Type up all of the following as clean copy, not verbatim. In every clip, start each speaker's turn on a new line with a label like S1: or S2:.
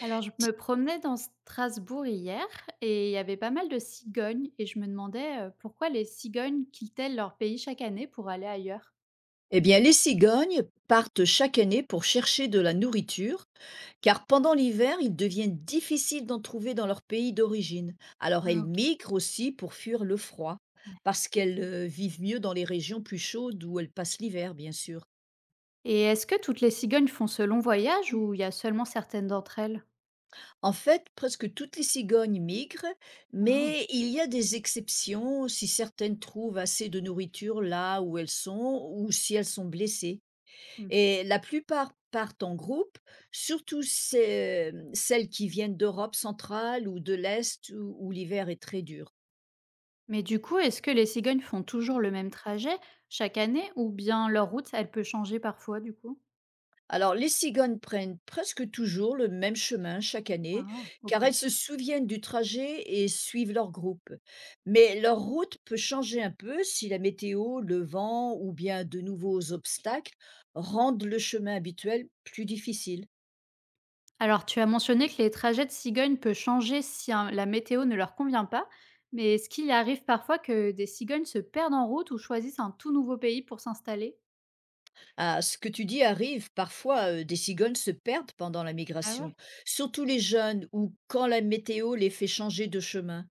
S1: Alors, je me promenais dans Strasbourg hier et il y avait pas mal de cigognes et je me demandais pourquoi les cigognes quittaient leur pays chaque année pour aller ailleurs.
S2: Eh bien, les cigognes partent chaque année pour chercher de la nourriture, car pendant l'hiver, il devient difficile d'en trouver dans leur pays d'origine. Alors,
S1: Ah,
S2: elles
S1: ok.
S2: migrent aussi pour fuir le froid,
S1: Ouais.
S2: parce qu'elles vivent mieux dans les régions plus chaudes où elles passent l'hiver, bien sûr.
S1: Et est-ce que toutes les cigognes font ce long voyage ou il y a seulement certaines d'entre elles.
S2: En fait, presque toutes les cigognes migrent,
S1: Ah.
S2: mais il y a des exceptions si certaines trouvent assez de nourriture là où elles sont ou si elles sont blessées.
S1: Hmm.
S2: Et la plupart partent en groupe, surtout ceux celles qui viennent d'Europe centrale ou de l'Est où l'hiver est très dur.
S1: Mais du coup, est-ce que les cigognes font toujours le même trajet chaque année ou bien leur route, elle peut changer parfois du coup?
S2: Alors les cigognes prennent presque toujours le même chemin chaque année,
S1: Ah, ok.
S2: car elles se souviennent du trajet et suivent leur groupe. Mais leur route peut changer un peu si la météo, le vent ou bien de nouveaux obstacles rendent le chemin habituel plus difficile.
S1: Alors, tu as mentionné que les trajets de cigognes peuvent changer si hein, la météo ne leur convient pas, mais est-ce qu'il arrive parfois que des cigognes se perdent en route ou choisissent un tout nouveau pays pour s'installer?
S2: À ce que tu dis arrive, parfois des cigognes se perdent pendant la
S1: Ah ouais?
S2: migration, surtout les jeunes ou quand la météo les fait changer de chemin.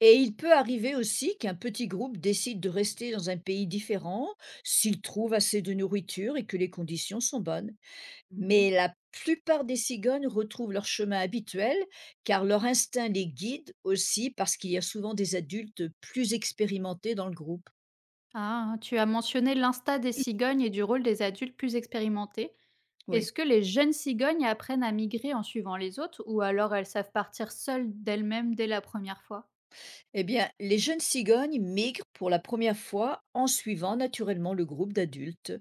S2: Et il peut arriver aussi qu'un petit groupe décide de rester dans un pays différent s'il trouve assez de nourriture et que les conditions sont bonnes. Mais
S1: Mhm.
S2: la plupart des cigognes retrouvent leur chemin habituel car leur instinct les guide aussi parce qu'il y a souvent des adultes plus expérimentés dans le groupe.
S1: Ah, tu as mentionné l'insta des cigognes et du rôle des adultes plus expérimentés.
S2: Oui.
S1: Est-ce que les jeunes cigognes apprennent à migrer en suivant les autres ou alors elles savent partir seules d'elles-mêmes dès la première fois?
S2: Eh bien, les jeunes cigognes migrent pour la première fois en suivant naturellement le groupe d'adultes,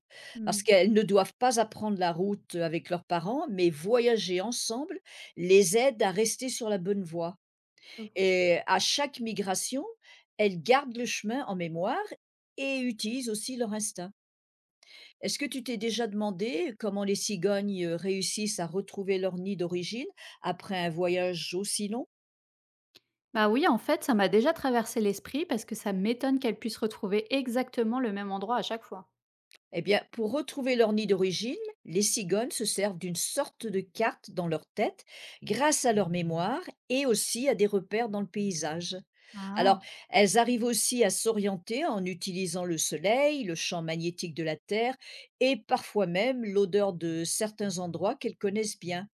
S2: parce
S1: Hmm,
S2: qu'elles ne doivent pas apprendre la route avec leurs parents, mais voyager ensemble les aide à rester sur la bonne voie.
S1: je vois.
S2: Et à chaque migration, elles gardent le chemin en mémoire et utilisent aussi leur instinct. Est-ce que tu t'es déjà demandé comment les cigognes réussissent à retrouver leur nid d'origine après un voyage aussi long?
S1: Bah oui, en fait, ça m'a déjà traversé l'esprit parce que ça m'étonne qu'elles puissent retrouver exactement le même endroit à chaque fois.
S2: Eh bien, pour retrouver leur nid d'origine, les cigognes se servent d'une sorte de carte dans leur tête grâce à leur mémoire et aussi à des repères dans le paysage. Alors,
S1: Ah.
S2: elles arrivent aussi à s'orienter en utilisant le soleil, le champ magnétique de la Terre et parfois même l'odeur de certains endroits qu'elles connaissent bien.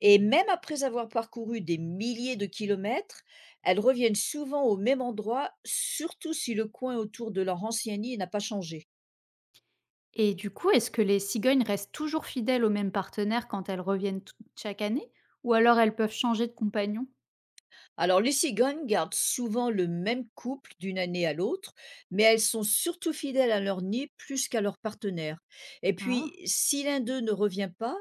S2: Et
S1: Mmh.
S2: même après avoir parcouru des milliers de kilomètres, elles reviennent souvent au même endroit, surtout si le coin autour de leur ancien nid n'a pas changé.
S1: Et du coup, est-ce que les cigognes restent toujours fidèles au même partenaire quand elles reviennent tou chaque année? Ou alors elles peuvent changer de compagnon?
S2: Alors, les cigognes gardent souvent le même couple d'une année à l'autre, mais elles sont surtout fidèles à leur nid plus qu'à leur partenaire. Et
S1: Ah.
S2: puis, si l'un d'eux ne revient pas,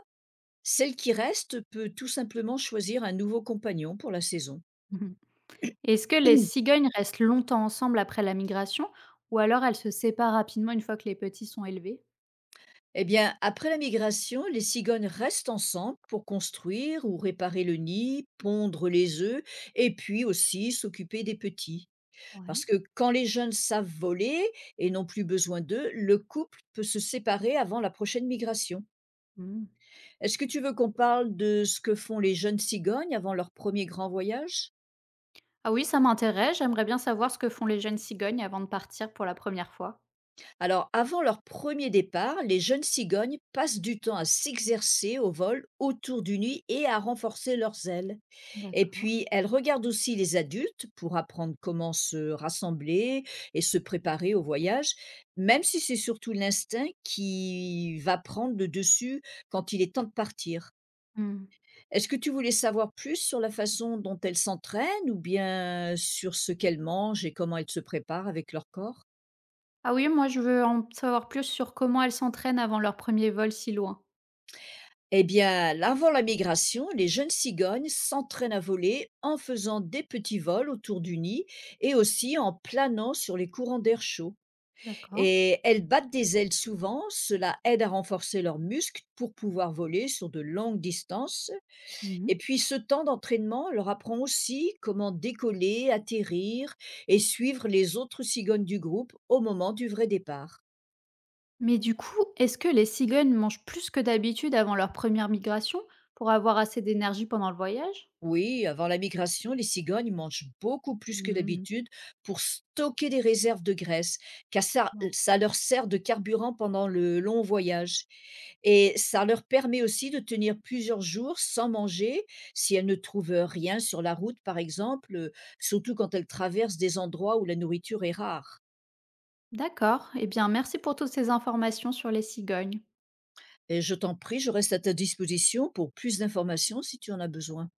S2: celle qui reste peut tout simplement choisir un nouveau compagnon pour la saison.
S1: Mhm. Est-ce que les cigognes restent longtemps ensemble après la migration? Ou alors elles se séparent rapidement une fois que les petits sont élevés?
S2: Eh bien, après la migration, les cigognes restent ensemble pour construire ou réparer le nid, pondre les œufs et puis aussi s'occuper des petits.
S1: Ouais.
S2: Parce que quand les jeunes savent voler et n'ont plus besoin d'eux, le couple peut se séparer avant la prochaine migration.
S1: Mmh.
S2: Est-ce que tu veux qu'on parle de ce que font les jeunes cigognes avant leur premier grand voyage?
S1: Ah oui, ça m'intéresse. J'aimerais bien savoir ce que font les jeunes cigognes avant de partir pour la première fois.
S2: Alors, avant leur premier départ, les jeunes cigognes passent du temps à s'exercer au vol autour du nid et à renforcer leurs ailes. Et
S1: D'accord.
S2: puis, elle regarde aussi les adultes pour apprendre comment se rassembler et se préparer au voyage, même si c'est surtout l'instinct qui va prendre le dessus quand il est temps de partir.
S1: Hmm.
S2: Est-ce que tu voulais savoir plus sur la façon dont elles s'entraînent ou bien sur ce qu'elles mangent et comment elles se préparent avec leur corps?
S1: Ah oui, moi je veux en savoir plus sur comment elles s'entraînent avant leur premier vol si loin.
S2: Eh bien, avant la migration, les jeunes cigognes s'entraînent à voler en faisant des petits vols autour du nid et aussi en planant sur les courants d'air chaud.
S1: D'accord.
S2: Et elles battent des ailes souvent, cela aide à renforcer leurs muscles pour pouvoir voler sur de longues distances. Et puis ce temps d'entraînement leur apprend aussi comment décoller, atterrir et suivre les autres cigognes du groupe au moment du vrai départ.
S1: Mais du coup, est-ce que les cigognes mangent plus que d'habitude avant leur première migration pour avoir assez d'énergie pendant le voyage?
S2: Oui, avant la migration, les cigognes mangent beaucoup plus que
S1: Hmm,
S2: d'habitude pour stocker des réserves de graisse, car ça,
S1: ouais.
S2: ça leur sert de carburant pendant le long voyage. Et ça leur permet aussi de tenir plusieurs jours sans manger si elles ne trouvent rien sur la route, par exemple, surtout quand elles traversent des endroits où la nourriture est rare.
S1: D'accord. Eh bien, merci pour toutes ces informations sur les cigognes.
S2: Et je t'en prie, je reste à ta disposition pour plus d'informations si tu en as besoin.